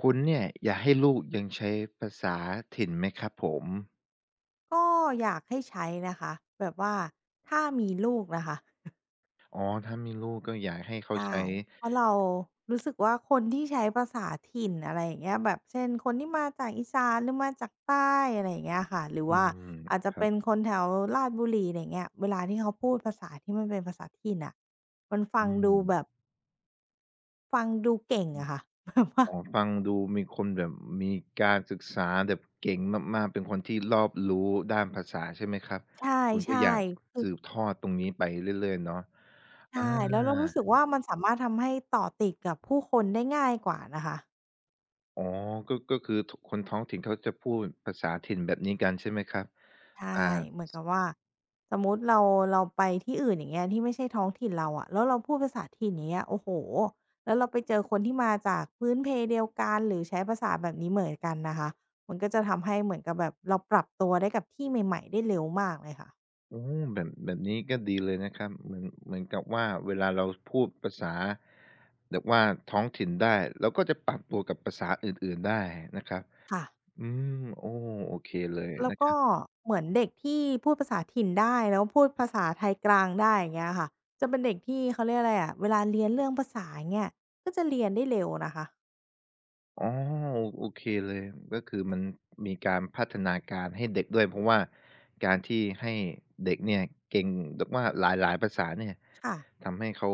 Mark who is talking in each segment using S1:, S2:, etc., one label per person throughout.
S1: คุณเนี่ยอยากให้ลูกยังใช้ภาษาถิ่นไหมครับผม
S2: ก็อยากให้ใช้นะคะแบบว่าถ้ามีลูกนะคะ
S1: อ๋อถ้ามีลูกก็อยากให้เขา
S2: ใช่
S1: ใช้
S2: เพราะเรารู้สึกว่าคนที่ใช้ภาษาถิ่นอะไรอย่างเงี้ยแบบเช่นคนที่มาจากอีสานหรือมาจากใต้อะไรอย่างเงี้ยค่ะหรือ
S1: อื
S2: ว่า
S1: ม
S2: อาจจะ
S1: ครั
S2: เป็น
S1: บ
S2: คนแถวราชบุรีอะไรอย่างเงี้ยเวลาที่เขาพูดภาษาที่มันเป็นภาษาถิ่นน่ะมันฟั
S1: อื
S2: ง
S1: ม
S2: ดูแบบฟังดูเก่งอะค่ะ แบบว่า
S1: อ๋อฟังดูมีคนแบบมีการศึกษาแบบเก่งมากๆเป็นคนที่รอบรู้ด้านภาษาใช่ไหมครับ
S2: ใ
S1: คุณก็
S2: ช่
S1: อยาก
S2: ๆ
S1: สืบทอดตรงนี้ไปเรื่อยๆเนาะอ
S2: ใช่แล้วเรารู้
S1: า
S2: สึกว่ามันสามารถทำให้ต่อติดกับผู้คนได้ง่ายกว่านะคะ
S1: อ๋อก็คือทคนท้องถิ่นเขาจะพูดภาษาถิ่นแบบนี้กันใช่ไหมครับ
S2: ใช่
S1: อ่า
S2: เหมือนกับว่าสมมุติเราไปที่อื่นอย่างเงี้ยที่ไม่ใช่ท้องถิ่นเราอะแล้วเราพูดภาษาถิ่นอย่างเงี้ยโอ้โฮแล้วเราไปเจอคนที่มาจากพื้นเพเดียวกันหรือใช้ภาษาแบบนี้เหมือนกันนะคะมันก็จะทำให้เหมือนกับแบบเราปรับตัวได้กับที่ใหม่ๆได้เร็วมากเลยค่ะ
S1: โอ้แบบนี้ก็ดีเลยนะครับเหมือนกับว่าเวลาเราพูดภาษาแบบว่าท้องถิ่นได้เราก็จะปรับตัวกับภาษาอื่นๆได้นะครับ
S2: ค่ะ
S1: อืมโอ้โอเคเลย
S2: แล้ว
S1: นะค
S2: ก็
S1: รับ
S2: เหมือนเด็กที่พูดภาษาถิ่นได้แล้วพูดภาษาไทยกลางได้อย่างเงี้ยค่ะจะเป็นเด็กที่เขาเรียกอะไรอะเวลาเรียนเรื่องภาษาอย่างเงี้ยก็จะเรียนได้เร็วนะคะ
S1: อ๋อโอเคเลยก็คือมันมีการพัฒนาการให้เด็กด้วยเพราะว่าการที่ให้เด็กเนี่ยเก่งแบบว่าหลายๆภาษาเนี่ย
S2: ค่ะ
S1: ทำให้เขา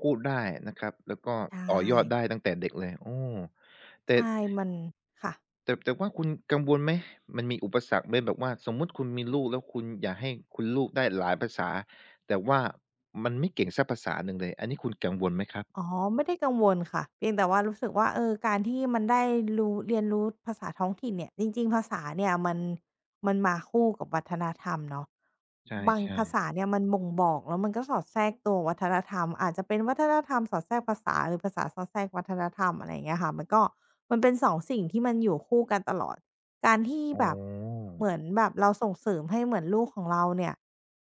S1: พูดได้นะครับแล้วก็
S2: ใช่
S1: ต่อยอดได้ตั้งแต่เด็กเลยโอ้แต่
S2: ใช่ มันค่ะ
S1: แต่ว่าคุณกังวลไหมมันมีอุปสรรคไหมแบบว่าสมมุติคุณมีลูกแล้วคุณอยากให้คุณลูกได้หลายภาษาแต่ว่ามันไม่เก่งสักภาษาหนึ่งเลยอันนี้คุณกังวลไหมครับ
S2: อ๋อไม่ได้กังวลค่ะเพียงแต่ว่ารู้สึกว่าเออการที่มันได้รู้เรียนรู้ภาษาท้องถิ่นเนี่ยจริงๆภาษาเนี่ยมันมาคู่กับวัฒนธรรมเนาะบาง
S1: ใช่
S2: ภาษา
S1: ๆ
S2: เนี่ยมันบ่งบอกแล้วมันก็สอดแทรกตัววัฒนธรรมอาจจะเป็นวัฒนธรรมสอดแทรกภาษาหรือภาษาสอดแทรกวัฒนธรรมอะไรอย่างเงี้ยค่ะมันก็มันเป็นสองสิ่งที่มันอยู่คู่กันตลอดการที่
S1: อ๋อ
S2: แบบเหมือนแบบเราส่งเสริมให้เหมือนลูกของเราเนี่ย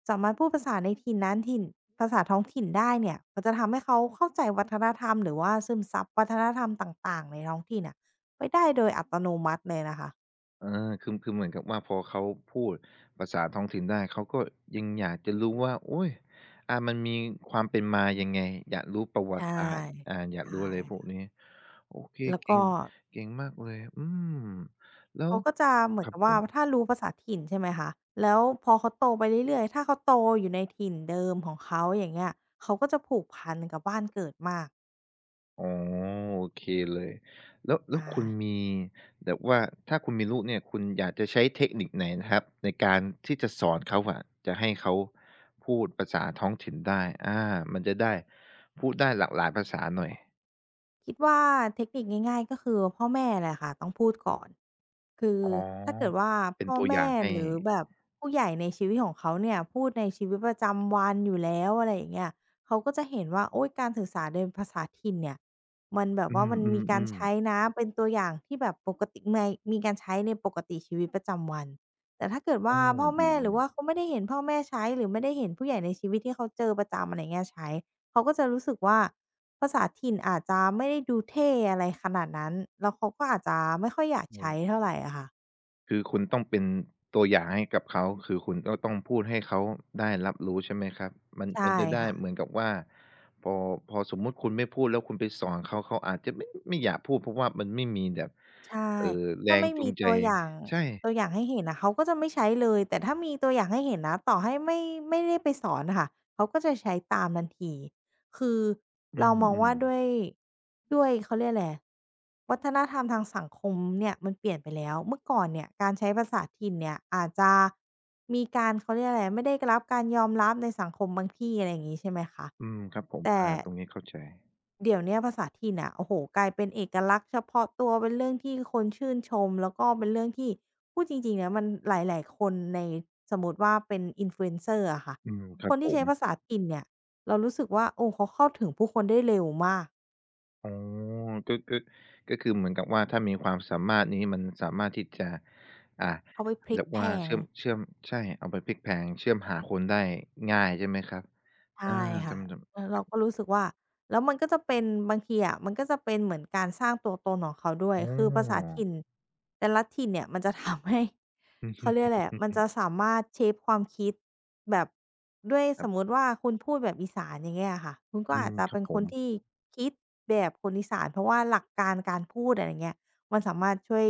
S2: สามารถพูดภาษาในถิ่นนั้นถิ่นภาษาท้องถิ่นได้เนี่ยมันจะทำให้เขาเข้าใจวัฒนธรรมหรือว่าซึมซับวัฒนธรรมต่างๆในท้องถิ่นน่ะไปได้โดยอัตโนมัติเลยนะคะ
S1: เออคือเหมือนกับว่าพอเขาพูดภาษาท้องถิ่นได้เขาก็ยังอยากจะรู้ว่าโอ๊ยอามันมีความเป็นมายังไงอยากรู้ประวั
S2: ใช่
S1: ติศาสตร์อาอยาก
S2: ใช่
S1: รู้อะไรพวกนี้โอเค
S2: แล้ว
S1: เก่
S2: ก็
S1: งเก่งมากเลยอืมแล้ว
S2: เขาก็จะเหมื
S1: ค
S2: อน
S1: รับ
S2: กับ
S1: ผ
S2: ว่า
S1: ม
S2: ถ้ารู้ภาษาถิ่นใช่ไหมคะแล้วพอเขาโตไปเรื่อยๆถ้าเขาโตอยู่ในถิ่นเดิมของเขาอย่างเงี้ยเขาก็จะผูกพันกับบ้านเกิดมาก
S1: อ๋อโอเคเลยแล้วแล้
S2: อ
S1: วคุณ
S2: ช
S1: มีแบบว่าถ้าคุณมีลูกเนี่ยคุณอยากจะใช้เทคนิคไหนนะครับในการที่จะสอนเขาอะจะให้เขาพูดภาษาท้องถิ่นได้อามันจะได้พูดได้หลากหลายภาษาหน่อย
S2: คิดว่าเทคนิคง่ายๆก็คือพ่อแม่แหละค่ะต้องพูดก่อนคือ
S1: อ๋อ
S2: ถ้าเกิดว่า
S1: เป็น
S2: พ่อ
S1: ตัวอ
S2: แม่
S1: ย่างให้
S2: หรือแบบผู้ใหญ่ในชีวิตของเขาเนี่ยพูดในชีวิตประจำวันอยู่แล้วอะไรอย่างเงี้ยเขาก็จะเห็นว่าโอ๊ยการสื่อสารโดยภาษาถิ่นเนี่ยมันแบบ
S1: อื
S2: ว่ามันมีการ
S1: มๆ
S2: ใช้
S1: ๆ
S2: นะเป็นตัวอย่างที่แบบปกติไมมีการใช้ในปกติชีวิตประจำวันแต่ถ้าเกิดว่า
S1: โอ้
S2: พ่อ
S1: ดี
S2: แม่
S1: เล
S2: หรือ
S1: ย
S2: ว่าเขาไม่ได้เห็นพ่อแม่ใช้หรือไม่ได้เห็นผู้ใหญ่ในชีวิตที่เขาเจอประจำอะไรเงี้ยใช้เขาก็จะรู้สึกว่า ภาษาถิ่นอาจจะไม่ได้ดูเท่อะไรขนาดนั้นแล้วเขาก็อาจจะไม่ค่อยอยาก
S1: เออ
S2: ใช้เท่าไรอะค่ะ
S1: คือคุณต้องเป็นตัวอย่างให้กับเขา คือคุณก็ต้องพูดให้เขาได้รับรู้ใช่ไหมครับ มันมั
S2: ใช่
S1: นจะได้
S2: ค่ะ
S1: เหมือนกับว่าพอพอสมมุติคุณไม่พูดแล้วคุณไปสอนเขาเขาอาจจะไม่อยากพูดเพราะว่ามันไม่มีแบบ
S2: ใช่
S1: เอ่อแร
S2: ถ้า
S1: ง
S2: ไม่
S1: จู
S2: มี
S1: งใจ
S2: ตัวอย่าง
S1: ใช่
S2: ตัวอย่างให้เห็นอะเขาก็จะไม่ใช้เลย แต่ถ้ามีตัวอย่างให้เห็นนะต่อให้ไม่ได้ไปสอนอะค่ะเขาก็จะใช้ตามทันทีคือ
S1: อื
S2: เรามอง
S1: ม
S2: ว่าด้วยเขาเรียกอะไรวัฒนธรรมทางสังคมเนี่ยมันเปลี่ยนไปแล้วเมื่อก่อนเนี่ยการใช้ภาษาถิ่นเนี่ยอาจจะมีการเขาเรียกอะไรไม่ได้รับการยอมรับในสังคมบางที่อะไรอย่างงี้ใช่ไหมคะ
S1: ๆอืมครับผม
S2: แต่
S1: อาตรงนี้เข้าใจ
S2: เดี๋ยวเนี้ยภาษาถิ่นน่ะโอ้โฮกลายเป็นเอกลักษณ์เฉพาะตัวเป็นเรื่องที่คนชื่นชมแล้วก็เป็นเรื่องที่พูดจริงๆนะมันหลายๆคนในสมมุติว่าเป็น Influencer อะค่ะ
S1: อืมค
S2: ค
S1: รับ
S2: น
S1: ผ
S2: ที่ใช้
S1: ม
S2: ภาษาถิ่นเนี่ยเรารู้สึกว่าโอ้เขาเข้าถึงผู้คนได้เร็วมาก
S1: อ๋อก็ก็ก็คือเหมือนกับว่าถ้ามีความสามารถนี้มันสามารถที่จะอ่า
S2: เขาไปพลิ
S1: แบ
S2: ก
S1: บ
S2: แพล
S1: ว่า
S2: ง
S1: เชื่อมใช่เอาไปพลิกแพลงเชื่อมหาคนได้ง่ายใช่ไหมครับอา
S2: ใช่ค่ะ
S1: จำจำ
S2: แล้วเราก็รู้สึกว่าแล้วมันก็จะเป็นบางทีอะมันก็จะเป็นเหมือนการสร้างตัวตนของเขาด้วย
S1: อ๋อ
S2: คือภาษาถิ่นแต่ละถิ่นเนี่ยมันจะทำให้ เขาเรียกอะไรอะมันจะ สามารถเชปความคิดแบบด้วย
S1: ค
S2: ส
S1: รั
S2: ม
S1: บ
S2: มุติว่าคุณพูดแบบอีสานอย่างเงี้ยอะค่ะคุณก็
S1: อื
S2: อาจ
S1: ม
S2: จะ
S1: ครั
S2: เป็
S1: บ
S2: น
S1: ผ
S2: คน
S1: ม
S2: ที่คิดแบบคนอีสานเพราะว่าหลักการการพูดอะไรอย่างเงี้ยมันสามารถช่วย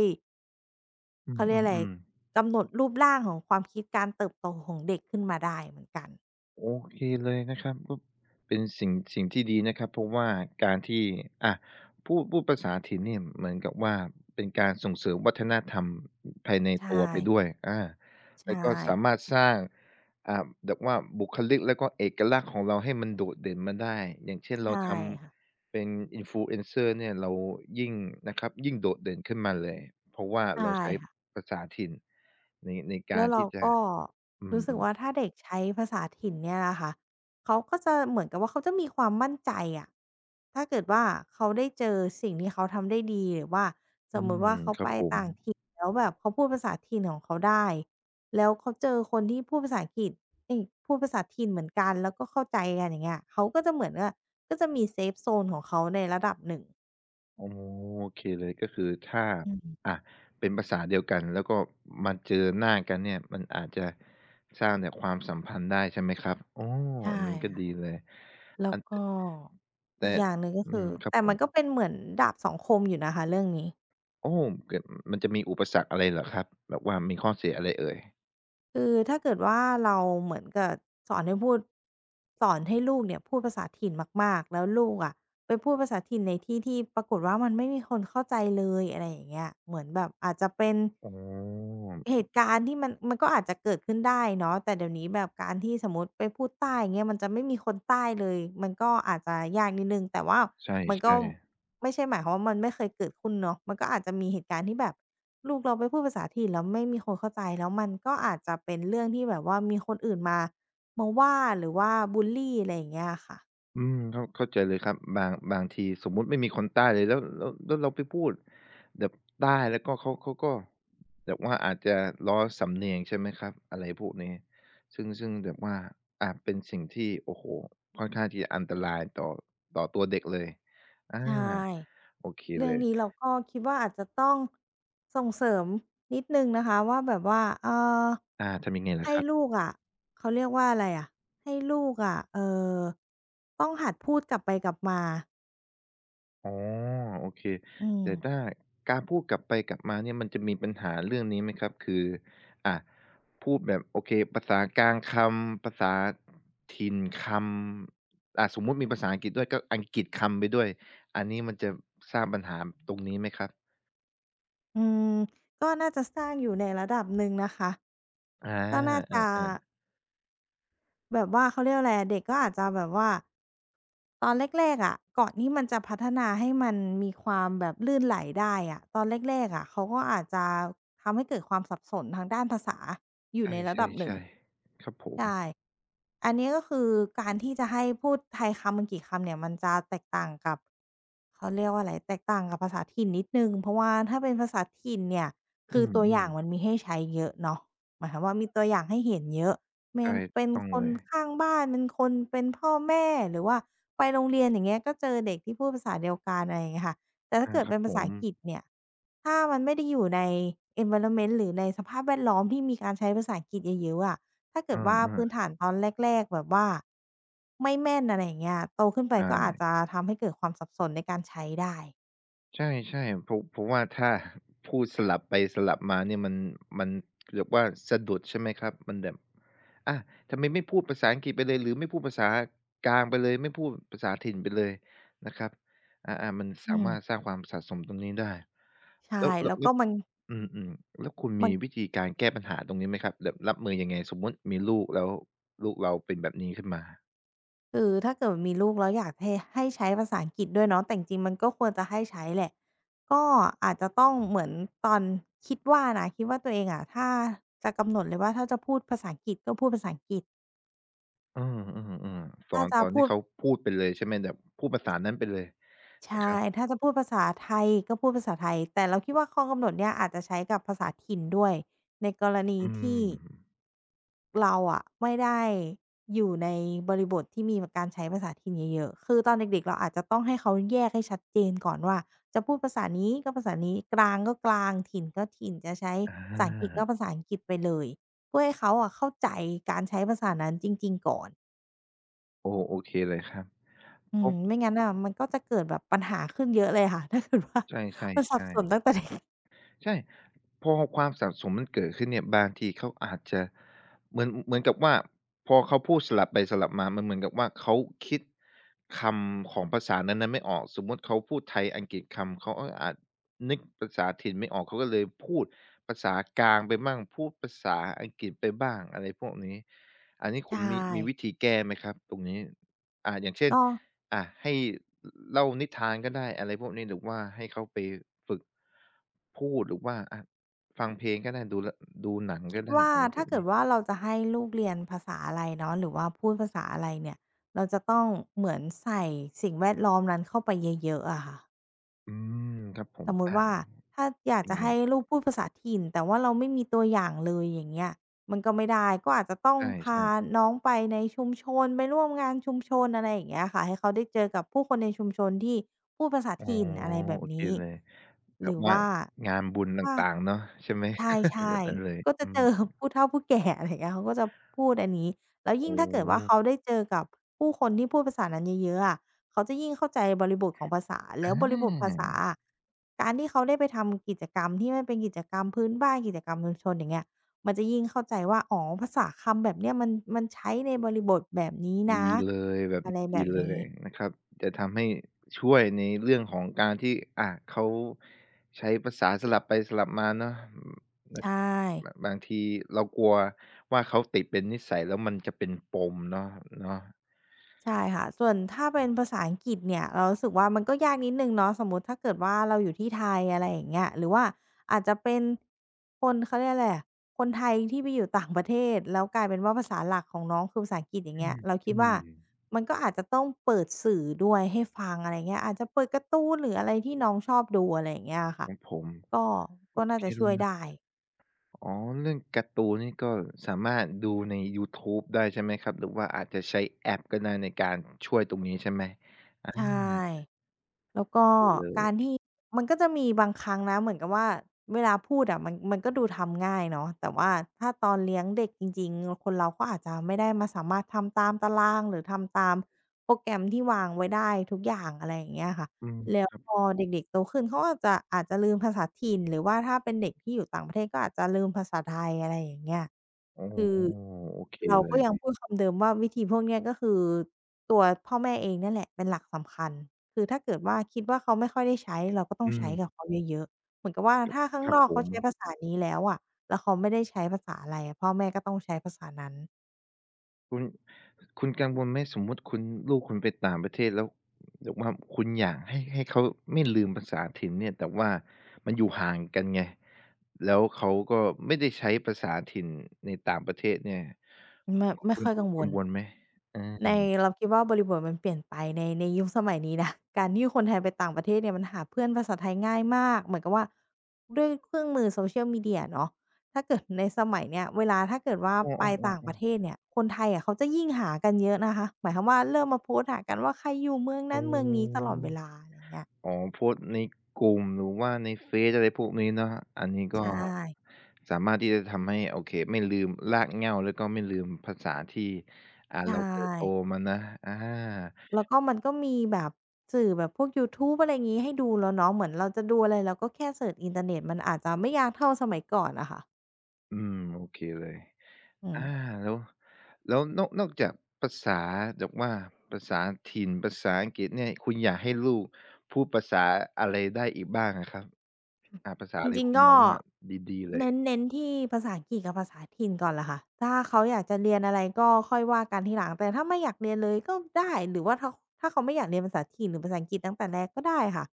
S1: อื
S2: เขาเรียกอะไร
S1: มๆๆ
S2: กำหนดรูปร่างของความคิดการเติบโตของเด็กขึ้นมาได้เหมือนกัน
S1: โอเคเลยนะครับก็เป็นสิ่งที่ดีนะครับเพราะว่าการที่อะพูดภาษาถิ่นเนี่ยเหมือนกับว่าเป็นการส่งเสริมวัฒนธรรมภายในตัว
S2: ใช่
S1: ไปด้วยอาแล้วก็
S2: ใช่
S1: สามารถสร้างอ่าแบบว่าบุคลิกแล้วก็เอกลักษณ์ของเราให้มันโดดเด่นมาได้อย่างเช่นเรา
S2: ใช่
S1: ท
S2: ค่ะ
S1: ำเป็น Influencer เนี่ยเรายิ่งนะครับยิ่งโดดเด่นขึ้นมาเลยเพราะว่า
S2: ใช่
S1: เราใช้
S2: ค่ะ
S1: ภาษาถิ่นใน
S2: แล้
S1: กา
S2: ว
S1: ร
S2: เรา
S1: ที่จะ
S2: ก็
S1: อื
S2: รู้สึก
S1: ม
S2: ว่า
S1: ๆ
S2: ถ้าเด็กใช้ภาษาถิ่นเนี่ยนะคะเขาก็จะเหมือนกับว่าเขาจะมีความมั่นใจอะถ้าเกิดว่าเขาได้เจอสิ่งที่เขาทำได้ดีหรือว่าส
S1: อื
S2: มมุติว่า
S1: ม
S2: เขา
S1: ครั
S2: ไป
S1: บผม
S2: ต่างถิ่นแล้วแบบเขาพูดภาษาถิ่นของเขาได้แล้วเขาเจอคนที่พูดภาษาอังกฤษเอ๊ยพูดภาษาถิ่นเหมือนกันแล้วก็เข้าใจกันอย่างเงี้ยเขาก็จะเหมือนว่าก็จะมีเซฟโซนของเขาในระดับหนึ่ง
S1: อ๋อโอเคเลยก็คือถ้า
S2: อืม
S1: อ่าเป็นภาษาเดียวกันแล้วก็มาเจอหน้ากันเนี่ยมันอาจจะสร้างแต่ความสัมพันธ์ได้ใช่ไหมครับอ๋อ
S2: ใช่
S1: อันนี้ก็ดี
S2: ค่ะ
S1: เลย
S2: แล้
S1: อั
S2: ว
S1: น
S2: ก็อี
S1: แต่
S2: กอย่างหนึ่งก็
S1: อื
S2: คือ
S1: มครับ
S2: แต่
S1: ผ
S2: มันก็
S1: ม
S2: เป็นเหมือนดาบสองคมอยู่นะคะเรื่องนี้
S1: โอ้เกิดมันจะมีอุปสรรคอะไรเหรอครับแบบว่ามีข้อเสียอะไรเอ่ย
S2: คือถ้าเกิดว่าเราเหมือนกับสอนให้พูดสอนให้ลูกเนี่ยพูดภาษาถิ่นมากๆแล้วลูกอะไปพูดภาษาถิ่นในที่ที่ปรากฏว่ามันไม่มีคนเข้าใจเลยอะไรอย่างเงี้ยเหมือนแบบอาจจะเป็น
S1: อ๋อ
S2: เหตุการณ์ที่มันก็อาจจะเกิดขึ้นได้เนาะแต่เดี๋ยวนี้แบบการที่สมมุติไปพูดใต้อย่างเงี้ยมันจะไม่มีคนใต้เลยมันก็อาจจะยากนิดหนึ่งแต่ว่า
S1: ใ
S2: มันก็
S1: ช่ๆ
S2: ไม่ใช่หมายความว่ามันไม่เคยเกิดขึ้นเนาะมันก็อาจจะมีเหตุการณ์ที่แบบลูกเราไปพูดภาษาถิ่นแล้วไม่มีคนเข้าใจแล้วมันก็อาจจะเป็นเรื่องที่แบบว่ามีคนอื่นมามาว่าหรือว่าบุลลีอะไรอย่างเงี้ยอะค่ะ
S1: อืมเข้าเข้าใจเลยครับบางบางทีสมมุติไม่มีคนใต้เลยแล้วแล้วแล้วเราไปพูดแบบใต้แล้วก็เขาเขาก็แบบว่าอาจจะล้อสำเนียงใช่ไหมครับอะไรพวกนี้ซึ่งซึ่งแบบว่าอาเป็นสิ่งที่โอ้โฮค่อนข้างที่จะอันตรายต่อต่อตัวเด็กเลยอา
S2: ใช่
S1: โอเค
S2: เรื่
S1: เล
S2: อง
S1: ย
S2: นี้เราก็คิดว่าอาจจะต้องส่งเสริมนิดหนึ่งนะคะว่าแบบว่า
S1: อาทำยังไงล่ะ
S2: ให้
S1: ครั
S2: ลู
S1: บ
S2: กอะเขาเรียกว่าอะไรอะให้ลูกอะต้องหัดพูดกลับไปกลับมา
S1: อ๋อโอเค
S2: อืม
S1: แต่ถ้าการพูดกลับไปกลับมาเนี่ยมันจะมีปัญหาเรื่องนี้ไหมครับคืออ่าพูดแบบโอเคภาษากลางคำภาษาถิ่นคำอ่าสมมุติมีภาษาอังกฤษด้วยก็อังกฤษคำไปด้วยอันนี้มันจะสร้างปัญหาตรงนี้ไหมครับ
S2: อืมก็น่าจะสร้างอยู่ในระดับหนึ่งนะคะ
S1: อา
S2: ก็น่าจะ
S1: เออ
S2: แบบว่าเขาเรียกว่าอะไรอะเด็กก็อาจจะแบบว่า ตอนแรกๆอะก่อนที่มันจะพัฒนาให้มันมีความแบบลื่นไหลได้อะตอนแรกๆอะเขาก็อาจจะทำให้เกิดความสับสนทางด้านภาษาอยู่ในระดับ
S1: ๆ
S2: หนึ่ง
S1: ใช่ๆๆครับผม
S2: ใช่ อันนี้ก็คือการที่จะให้พูดไทยคำมันกี่คำเนี่ยมันจะแตกต่างกับเขาเรียกว่าอะไรแตกต่างกับภาษาถิ่นนิดหนึ่งเพราะว่าถ้าเป็นภาษาถิ่นเนี่ย
S1: อื
S2: คือตัวอ
S1: ม
S2: ย่างมัน
S1: ๆ
S2: มีให้ใช้เยอะเนาะหมายความว่ามีตัวอย่างให้เห็นเยอะ แมง
S1: ใช่ถู
S2: เป็
S1: ก
S2: น
S1: ต้อง
S2: ค
S1: เล
S2: น
S1: ย
S2: ข้างบ้านเป็นคนเป็นพ่อแม่หรือว่าไปโรงเรียนอย่างเงี้ยก็เจอเด็กที่พูดภาษาเดียวกันอะไรอย่างเงี้ยค่ะแต่ถ้า
S1: อา
S2: เกิด
S1: ครั
S2: เป็
S1: บ
S2: น
S1: ผ
S2: ภาษา
S1: ม
S2: อังกฤษเนี่ยถ้ามันไม่ได้อยู่ใน environment หรือในสภาพแวดล้อมที่มีการใช้ภาษาอังกฤษเยอะๆอะถ้าเกิ
S1: เอ
S2: ดว่าพื้น
S1: อ
S2: ฐานตอนแรกๆแบบว่าไม่แม่นอะไรอย่างเงี้ยโตขึ้นไป
S1: ๆ
S2: ก็อาจ
S1: อา
S2: จะทำให้เกิดความสับสนในการใช้ได้
S1: ใช่ใช่เพราะว่าถ้าพูดสลับไปสลับมาเนี่ยมันมันเรียกือว่าสะดุดใช่ไหมครับมันแบบอาทำไมไม่พูดภาษาอังกฤษไปเลยหรือไม่พูดภาษากลางไปเลยไม่พูดภาษาถิ่นไปเลยนะครับอ่ามัน
S2: อื
S1: สา
S2: ม
S1: มารถสร้างความสะสมตรงนี้ได้
S2: ใช่
S1: แล้วแล้
S2: แล้
S1: ว
S2: ว
S1: แล้
S2: ก็
S1: ว
S2: มัน
S1: อืมอืมแล้วคุณ
S2: มั
S1: มี
S2: น
S1: วิธีการแก้ปัญหาตรงนี้ไหมครับแบบรับมือยังไงสมมติมีลูกแล้วลูกเราเป็นแบบนี้ขึ้นมา
S2: คือถ้าเกิดมีลูกแล้วอยากให้ให้ใช้ภาษาอังกฤษด้วยเนาะแต่จริงๆมันก็ควรจะให้ใช้แหละก็อาจจะต้องเหมือนตอนคิดว่านะคิดว่าตัวเองอะถ้าจะกำหนดเลยว่าถ้าจะพูดภาษาอังกฤษก็พูดภาษาอังกฤษ
S1: อืมอมอืมสอ
S2: ถ้า
S1: น
S2: จะ
S1: ตอน
S2: พู
S1: ที่
S2: ด
S1: เขาพูดไปเลยใช่ไหมแบบพูดภาษานั้นไปเลยนะค
S2: ใช่
S1: รับ
S2: ถ้าจะพูดภาษาไทยก็พูดภาษาไทยแต่เราคิดว่าข้อกำหนดเนี้ยอาจจะใช้กับภาษาถิ่นด้วยในกรณี
S1: อื
S2: ที่
S1: ม
S2: เราอะไม่ได้อยู่ในบริบทที่มีการใช้ภาษาถิ่นเยอะๆคือตอนเด็กๆเราอาจจะต้องให้เขาแยกให้ชัดเจนก่อนว่าจะพูดภาษานี้ก็ภาษานี้กลางก็กลางถิ่นก็ถิ่นจะใช้
S1: อา
S2: ภาษาอังกฤษก็ภาษาอังกฤษไปเลยเพื่อให้เขาอะเข้าใจการใช้ภาษานั้นจริงๆก่อน
S1: โอ้โอเคเลยครับ
S2: อื
S1: พ
S2: ม
S1: บ
S2: ไม่งั้นน่ะมันก็จะเกิดแบบปัญหาขึ้นเยอะเลยค่ะ ถ้าเกิดว่า
S1: ใ
S2: มันสับ
S1: ช่
S2: สนตั้ง
S1: ๆ
S2: แต่เด็ก
S1: ๆใช่พอความสะสมมันเกิดขึ้นเนี่ยบางทีเขาอาจจะเหมือนกับว่าพอเขาพูดสลับไปสลับมามันเหมือนกับว่าเขาคิดคำของภาษานั้นๆไม่ออกสมมุติเขาพูดไทยอังกฤษคำเขาก็อาจนึกภาษาถิ่นไม่ออกเขาก็เลยพูดภาษากลางไปบ้างพูดภาษาอังกฤษไปบ้างอะไรพวกนี้อันนี้คุณ
S2: ใช่
S1: มีวิธีแก้ไหมครับตรงนี้อย่างเช่น
S2: นอก
S1: อ่ะให้เล่านิทานก็ได้อะไรพวกนี้หรือว่าให้เขาไปฝึกพูดหรือว่าฟังเพลงก็ได้ดูละดูหนัง
S2: คิ
S1: ก็
S2: ด
S1: ได้
S2: ว่า
S1: อะไรพ
S2: ถ้า
S1: วก
S2: เกิด
S1: นี้
S2: ว่าเราจะให้ลูกเรียนภาษาอะไรเนาะหรือว่าพูดภาษาอะไรเนี่ยเราจะต้องเหมือนใส่สิ่งแวดล้อมนั้นเข้าไปเยอะๆอะค่ะ
S1: อืมครับผ
S2: ส
S1: ม
S2: มมุติว่าถ้าอยาก
S1: เป็น
S2: จะ
S1: ไง
S2: ให้ลูกพูดภาษาถิ่นแต่ว่าเราไม่มีตัวอย่างเลยอย่างเงี้ยมันก็ไม่ได้ก็อาจจะต้อ
S1: ใ
S2: งพา
S1: ช่
S2: น้องไปในชุมชนไปร่วมงานชุมชนอะไรอย่างเงี้ยค่ะให้เขาได้เจอกับผู้คนในชุมชนที่พูดภาษา
S1: ๆอ๋อ
S2: ถิ่นอะไรแบบ
S1: โอเค
S2: นี้
S1: เลยแบ
S2: หรื
S1: บ
S2: อ
S1: ว่า
S2: ว่า
S1: งานบุญต
S2: ถ้า
S1: ่างๆเนาะใช่ไหม แบ
S2: ใช่
S1: บนั้นเลย
S2: ๆก็จะ
S1: อื
S2: เจ
S1: ม
S2: อ ผู้เฒ่าผู้แก่อะไรอย่างเงี้ยเขาก็จะพูดอันนี้แล้วยิ่ง
S1: โอ้
S2: ถ้าเกิดว่าเขาได้เจอกับผู้คนที่พูดภาษานั้นเยอะๆอะเขาจะยิ่งเข้าใจบริบทของภาษา
S1: อ
S2: แล้วบริบทภาษา
S1: า
S2: อะการที่เขาได้ไปทำกิจกรรมที่มันเป็นกิจกรรมพื้นบ้านกิจกรรมชุมชนอย่างเงี้ยมันจะยิ่งเข้าใจว่าอ๋อภาษาคำแบบเนี้ยมันใช้ในบริบทแบบนี้นะ
S1: ดีเลยแบบ
S2: อะไร
S1: นี้
S2: แบ
S1: ดี
S2: บ
S1: เล
S2: นี้
S1: ยนะครับจะทำให้ช่วยในเรื่องของการที่เขาใช้ภาษาสลับไปสลับมาเนาะอืมนะค
S2: ใช่
S1: รับบบางทีเรากลัวว่าเขาติดเป็นนิสัยแล้วมันจะเป็นปมเนาะเนาะ
S2: ใช่ค่ะส่วนถ้าเป็นภาษาอังกฤษเนี่ยเรารู้สึกว่ามันก็ยากนิดหนึ่งเนาะสมมุติถ้าเกิดว่าเราอยู่ที่ไทยอะไรอย่างเงี้ยหรือว่าอาจจะเป็นคนเขาเรียกอะไรอะคนไทยที่ไปอยู่ต่างประเทศแล้วกลายเป็นว่าภาษาหลักของน้องคือภาษาอังกฤษอย่าง
S1: อื
S2: เงี้ย
S1: ม
S2: เราคิ
S1: อื
S2: ดว่า
S1: ม
S2: มันก็อาจจะต้องเปิดสื่อด้วยให้ฟังอะไรเงี้ยอาจจะเปิดการ์ตูนหรืออะไรที่น้องชอบดูอะไรอย่างเงี้ยอะ
S1: ข
S2: ค่ะ
S1: องผม
S2: ก็
S1: โอ
S2: ก็น่า
S1: เค
S2: จะ
S1: เล
S2: ช่วยได้
S1: ยอ๋อเรื่องการ์ตูนนี่ก็สามารถดูในยูทูบได้ใช่ไหมครับหรือว่าอาจจะใช้แอปก็ได้ในการช่วยตรงนี้ใช่ไหมออา
S2: ใช่ แล้วก็
S1: ดีเล
S2: การ
S1: ย
S2: ที่มันก็จะมีบางครั้งนะเหมือนกับว่าเวลาพูดอะมันก็ดูทำง่ายเนาะแต่ว่าถ้าตอนเลี้ยงเด็กจริงๆคนเราก็อาจจะไม่ได้มาสามารถทำตามตารางหรือทำตามโปรแกรมที่วางไว้ได้ทุกอย่างอะไรอย่างเงี้ยค่ะ
S1: อืม
S2: แล้ว
S1: ครับ
S2: พอเด็กๆโตขึ้นเขาอาจจะลืมภาษาถิ่นหรือว่าถ้าเป็นเด็กที่อยู่ต่างประเทศก็อาจจะลืมภาษาไทยอะไรอย่างเงี้ย
S1: อ๋อโอเค
S2: เรา
S1: เล
S2: ก็
S1: ย
S2: ยังพูดคำเดิมว่าวิธีพวกเนี้ยก็คือตัวพ่อแม่เองเนี่ยแหละเป็นหลักสำคัญคือถ้าเกิดว่าคิดว่าเขาไม่ค่อยได้ใช้เราก็ต้อ
S1: อื
S2: ง
S1: ม
S2: ใช้กับเขาเยอะๆเหมือนกับว่า
S1: ครับ
S2: ถ้าข้าง
S1: ครั
S2: น
S1: บ
S2: อก
S1: ผ
S2: เขา
S1: ม
S2: ใช้ภาษานี้แล้วอะแล้วเขาไม่ได้ใช้ภาษาอะไรอะพ่อแม่ก็ต้องใช้ภาษานั้น
S1: คุณคุณกังวลไหมสมมุติคุณลูกคุณไปต่างประเทศแล้วแบบว่าคุณอยากให้ให้เขาไม่ลืมภาษาถิ่นเนี่ยแต่ว่ามันอยู่ห่างกันไงแล้วเขาก็ไม่ได้ใช้ภาษาถิ่นในต่างประเทศเนี่ย
S2: ไม่
S1: คุณ
S2: ไม่
S1: คุณ
S2: ค่อย
S1: คุ
S2: กั
S1: ณ
S2: งว
S1: กัง
S2: ล
S1: วลไหมอา
S2: ในเราคิดว่าบริบทมันเปลี่ยนไปในยุคสมัยนี้นะ การที่คนไทยไปต่างประเทศเนี่ยมันหาเพื่อนภาษาไทยง่ายมากเหมือนกับว่าด้วยเครื่องมือ Social Media เนาะถ้าเกิดในสมัยเนี้ยเวลาถ้าเกิดว่า
S1: อ้อ
S2: ไปต่างประ
S1: ๆๆ
S2: เทศ
S1: ๆ
S2: เนี่ยคนไทยอะเขาจะยิ่งหากันเยอะนะคะหมายความว่าเริ่มมาโพสต์หากันว่าใครอยู่เมือง
S1: อ๋
S2: นั้
S1: อ
S2: นเมืองนี้ตลอดเวลาอะไรเงี้ย
S1: อ๋อโพสต์ในกลุ่มหรือว่าในเฟซอะไรพวกนี้เนาะอันนี้ก็
S2: ใช่
S1: สามารถที่จะทำให้โอเคไม่ลืมรากเหง้าแล้วก็ไม่ลืมภาษาที่
S2: ใช่
S1: เราเติบโตมานะอา
S2: แล้วก็มันก็มีแบบสื่อแบบพวกยูทูบอะไรงี้ให้ดูแล้วเนาะเหมือนเราจะดูอะไรเราก็แค่เซิร์ชอินเทอร์เน็ตมันอาจจะไม่ยากเท่าสมัยก่อนอะค่ะ
S1: อืมโอเคเลย
S2: อื
S1: อา
S2: ม
S1: แล้วแล้วนอกจากภาษาแบบว่าภาษาถิ่นภาษาอังกฤษเนี่ยคุณอยากให้ลูกพูดภาษาอะไรได้อีกบ้างอะครับภาษา
S2: จ
S1: อะไร
S2: ริง
S1: คุ
S2: ๆ
S1: ณ
S2: ก็
S1: มองว่าดีๆเล
S2: เน้น
S1: ย
S2: เน้นที่ภาษาอังกฤษกับภาษาถิ่นก่อนแหละค่ะถ้าเขาอยากจะเรียนอะไรก็ค่อยว่ากันทีหลังแต่ถ้าไม่อยากเรียนเลยก็ได้หรือว่าถ้าเขาไม่อยากเรียนภาษาถิ่นหรือภาษาอังกฤษตั้งแต่แรกก็ได้ค่ะ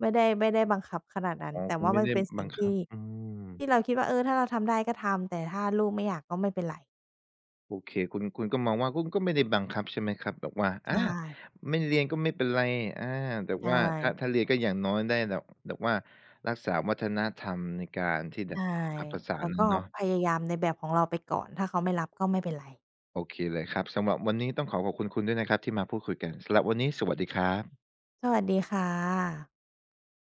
S2: ไม่ได้บังคับขนาดนั้น
S1: อ๋อ
S2: แต่
S1: คุณ
S2: ว่า
S1: ไม่
S2: มัน
S1: ได้
S2: เป็นสิ่
S1: บั
S2: ง
S1: งคั
S2: ที่
S1: บอืม
S2: ที่เราคิดว่าเออถ้าเราทำได้ก็ทำแต่ถ้าลูกไม่อยากก็ไม่เป็นไร
S1: โอเคคุณคุณก็มองว่าคุณก็ไม่ได้บังคับใช่ไหมครับแบบว่า
S2: ใช่
S1: ไม่เรียนก็ไม่เป็นไรอาแต่
S2: ใช่
S1: ว่าถ้าเรียนก็อย่างน้อยได้แบบว่ารักษาวัฒนธรรมในการที่แบบ
S2: ใช่
S1: ภาษา
S2: แล้ว
S1: นั้
S2: ก็
S1: นเนาะ
S2: พยายามในแบบของเราไปก่อนถ้าเขาไม่รับก็ไม่เป็นไร
S1: โอเคเลยครับสำหรับวันนี้ต้องขอขอบคุณคุณด้วยนะครับที่มาพูดคุยกันสำหรับวันนี้สวัสดีครับ
S2: สวัสดีค่ะ